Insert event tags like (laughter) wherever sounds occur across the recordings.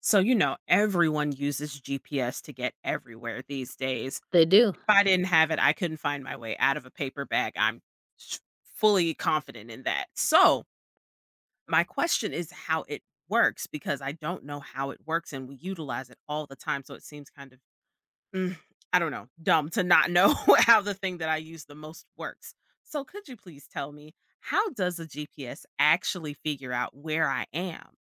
Everyone uses GPS to get everywhere these days. They do. If I didn't have it, I couldn't find my way out of a paper bag. Fully confident in that. So, my question is how it works because I don't know how it works and we utilize it all the time. So, it seems kind of, mm, I don't know, dumb to not know (laughs) how the thing that I use the most works. So, could you please tell me how does a GPS actually figure out where I am?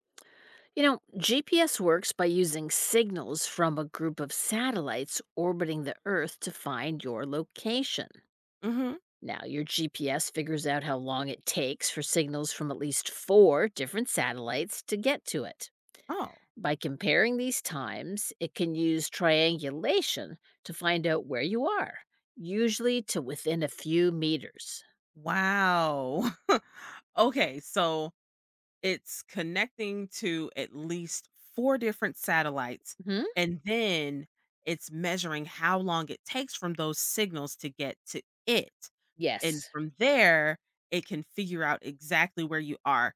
You know, GPS works by using signals from a group of satellites orbiting the Earth to find your location. Hmm. Now, your GPS figures out how long it takes for signals from at least four different satellites to get to it. Oh, By comparing these times, it can use triangulation to find out where you are, usually to within a few meters. wow. (laughs) Okay, so it's connecting to at least four different satellites, Hmm. and then it's measuring how long it takes from those signals to get to it. And Yes. from there, it can figure out exactly where you are,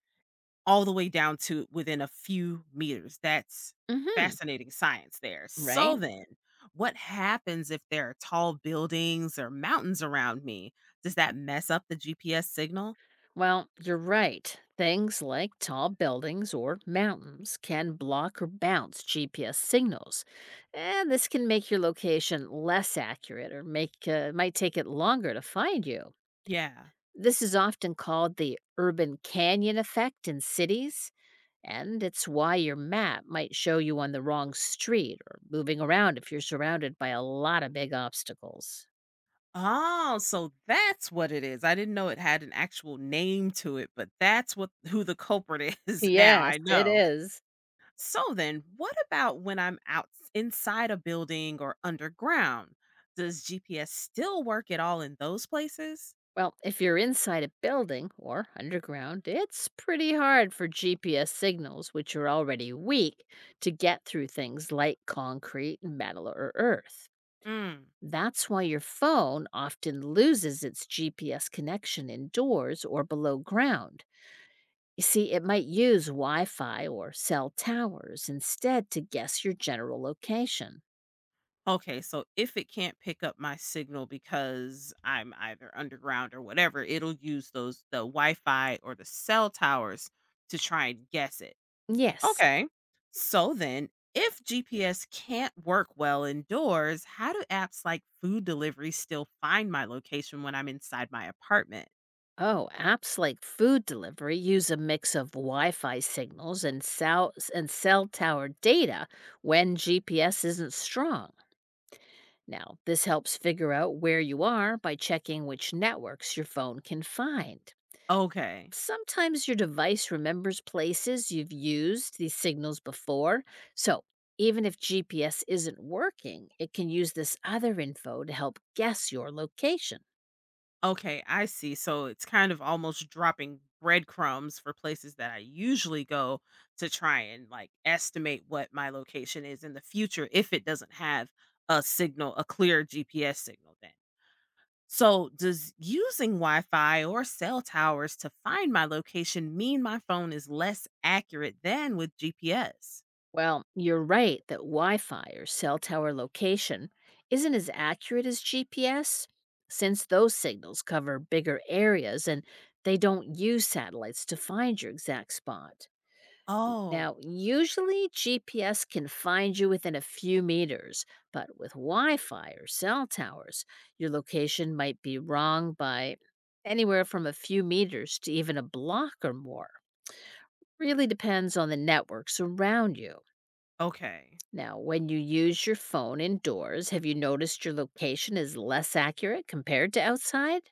all the way down to within a few meters. That's Hmm. fascinating science there. So Right? then, what happens if there are tall buildings or mountains around me? Does that mess up the GPS signal? Well, you're right. Things like tall buildings or mountains can block or bounce GPS signals, and this can make your location less accurate or make might take it longer to find you. Yeah. This is often called the urban canyon effect in cities, and it's why your map might show you on the wrong street or moving around if you're surrounded by a lot of big obstacles. Oh, so that's what it is. I didn't know it had an actual name to it, but that's what who the culprit is (laughs) now, Yes, I it know. is. So then, what about when I'm out inside a building or underground? Does GPS still work at all in those places? Well, if you're inside a building or underground, it's pretty hard for GPS signals, which are already weak, to get through things like concrete, metal, or earth. Mm. That's why your phone often loses its GPS connection indoors or below ground. You see, it might use Wi Fi or cell towers instead to guess your general location. Okay, so if it can't pick up my signal because I'm either underground or whatever, it'll use those the Wi-Fi or the cell towers to try and guess it. Yes. Okay. So then, if GPS can't work well indoors, how do apps like food delivery still find my location when I'm inside my apartment? Oh, apps like food delivery use a mix of Wi-Fi signals and cell tower data when GPS isn't strong. Now, this helps figure out where you are by checking which networks your phone can find. Okay. Sometimes your device remembers places you've used these signals before, so even if GPS isn't working, it can use this other info to help guess your location. Okay, I see. So it's kind of almost dropping breadcrumbs for places that I usually go to try and like estimate what my location is in the future if it doesn't have a signal, a clear GPS signal. So, does using Wi Fi or cell towers to find my location mean my phone is less accurate than with GPS? Well, you're right that Wi Fi or cell tower location isn't as accurate as GPS since those signals cover bigger areas and they don't use satellites to find your exact spot. Oh, Now, usually GPS can find you within a few meters, but with Wi Fi or cell towers, your location might be wrong by anywhere from a few meters to even a block or more. Really depends on the networks around you. okay. Now, when you use your phone indoors, have you noticed your location is less accurate compared to outside?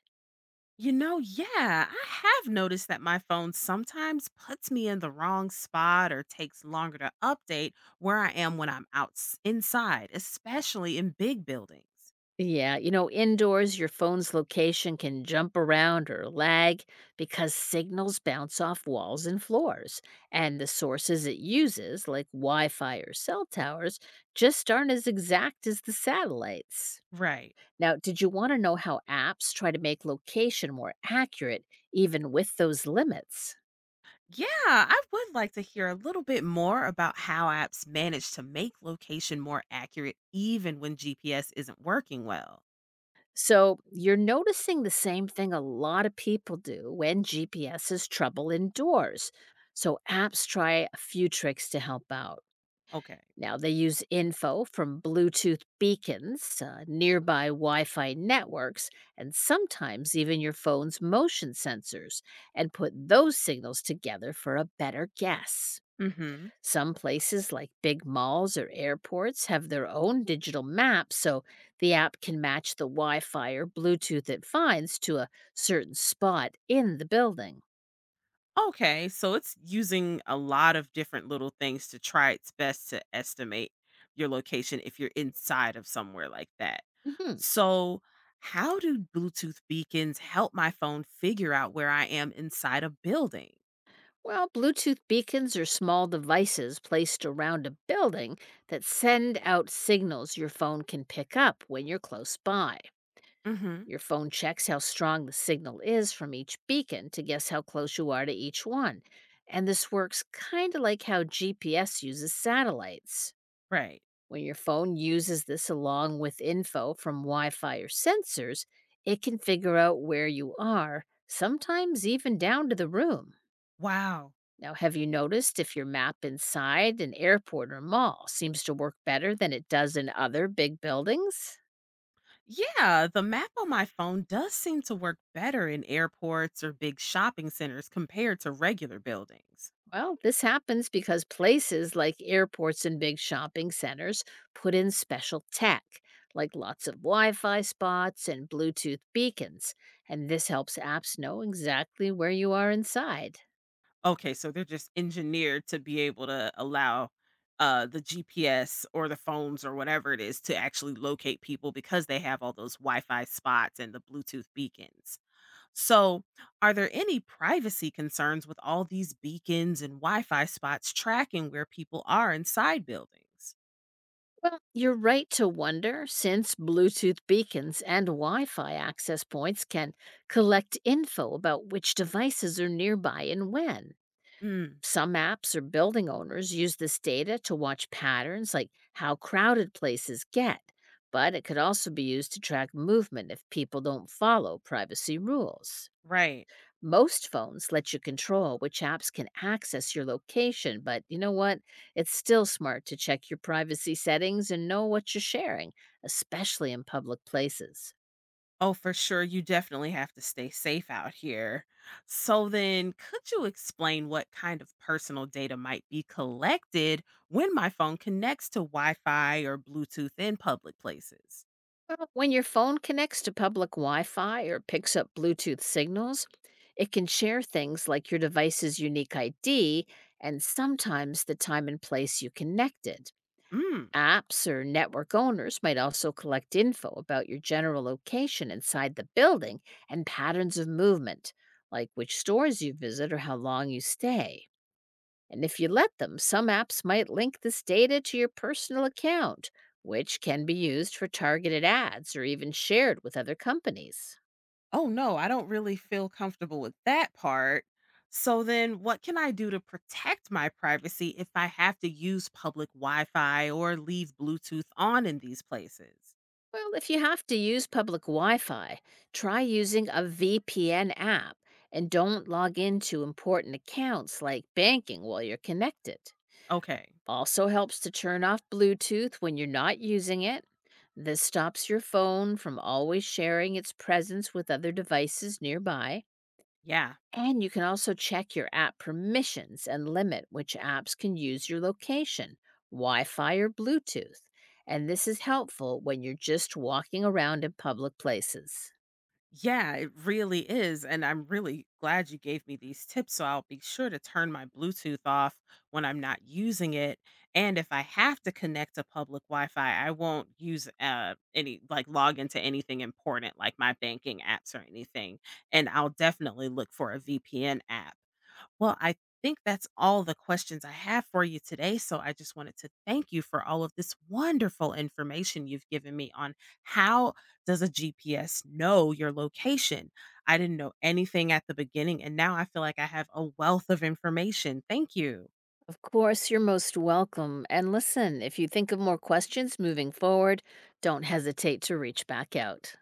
You know, yeah, I have noticed that my phone sometimes puts me in the wrong spot or takes longer to update where I am when I'm out inside, especially in big buildings. Yeah, you know, indoors, your phone's location can jump around or lag because signals bounce off walls and floors, and the sources it uses, like Wi Fi or cell towers, just aren't as exact as the satellites. Right. Now, did you want to know how apps try to make location more accurate even with those limits? Yeah, I would like to hear a little bit more about how apps manage to make location more accurate even when GPS isn't working well. So you're noticing the same thing a lot of people do when GPS is trouble indoors. So apps try a few tricks to help out. Okay. Now they use info from Bluetooth beacons, nearby Wi Fi networks, and sometimes even your phone's motion sensors, and put those signals together for a better guess. Mhm. Some places, like big malls or airports, have their own digital maps, so the app can match the Wi Fi or Bluetooth it finds to a certain spot in the building. Okay, so it's using a lot of different little things to try its best to estimate your location if you're inside of somewhere like that. Hmm. So, how do Bluetooth beacons help my phone figure out where I am inside a building? Well, Bluetooth beacons are small devices placed around a building that send out signals your phone can pick up when you're close by. Mhm. Your phone checks how strong the signal is from each beacon to guess how close you are to each one. And this works kind of like how GPS uses satellites. Right. When your phone uses this along with info from Wi Fi or sensors, it can figure out where you are, sometimes even down to the room. Wow. Now, have you noticed if your map inside an airport or mall seems to work better than it does in other big buildings? Yeah, the map on my phone does seem to work better in airports or big shopping centers compared to regular buildings. Well, this happens because places like airports and big shopping centers put in special tech, like lots of Wi Fi spots and Bluetooth beacons, and this helps apps know exactly where you are inside. Okay, so they're just engineered to be able to allow the GPS or the phones or whatever it is to actually locate people because they have all those Wi Fi spots and the Bluetooth beacons. So, are there any privacy concerns with all these beacons and Wi Fi spots tracking where people are inside buildings? Well, you're right to wonder since Bluetooth beacons and Wi Fi access points can collect info about which devices are nearby and when. Mm, Some apps or building owners use this data to watch patterns like how crowded places get, but it could also be used to track movement if people don't follow privacy rules. right. Most phones let you control which apps can access your location, but you know what? It's still smart to check your privacy settings and know what you're sharing, especially in public places. Oh, for sure. You definitely have to stay safe out here. So, then could you explain what kind of personal data might be collected when my phone connects to Wi Fi or Bluetooth in public places? Well, when your phone connects to public Wi Fi or picks up Bluetooth signals, it can share things like your device's unique ID and sometimes the time and place you connected. Mm. Apps or network owners might also collect info about your general location inside the building and patterns of movement, like which stores you visit or how long you stay. And if you let them, some apps might link this data to your personal account, which can be used for targeted ads or even shared with other companies. Oh, no, I don't really feel comfortable with that part. So, then what can I do to protect my privacy if I have to use public Wi Fi or leave Bluetooth on in these places? Well, if you have to use public Wi Fi, try using a VPN app and don't log into important accounts like banking while you're connected. Okay. Also helps to turn off Bluetooth when you're not using it. This stops your phone from always sharing its presence with other devices nearby. Yeah. And you can also check your app permissions and limit which apps can use your location, Wi Fi, or Bluetooth. And this is helpful when you're just walking around in public places. Yeah, it really is. And I'm really glad you gave me these tips. So I'll be sure to turn my Bluetooth off when I'm not using it. And if I have to connect to public Wi Fi, I won't use any, like log into anything important like my banking apps or anything. And I'll definitely look for a VPN app. Well, I think that's all the questions I have for you today. So I just wanted to thank you for all of this wonderful information you've given me on how does a GPS know your location? I didn't know anything at the beginning, and now I feel like I have a wealth of information. Thank you. Of course, you're most welcome. And listen, if you think of more questions moving forward, don't hesitate to reach back out.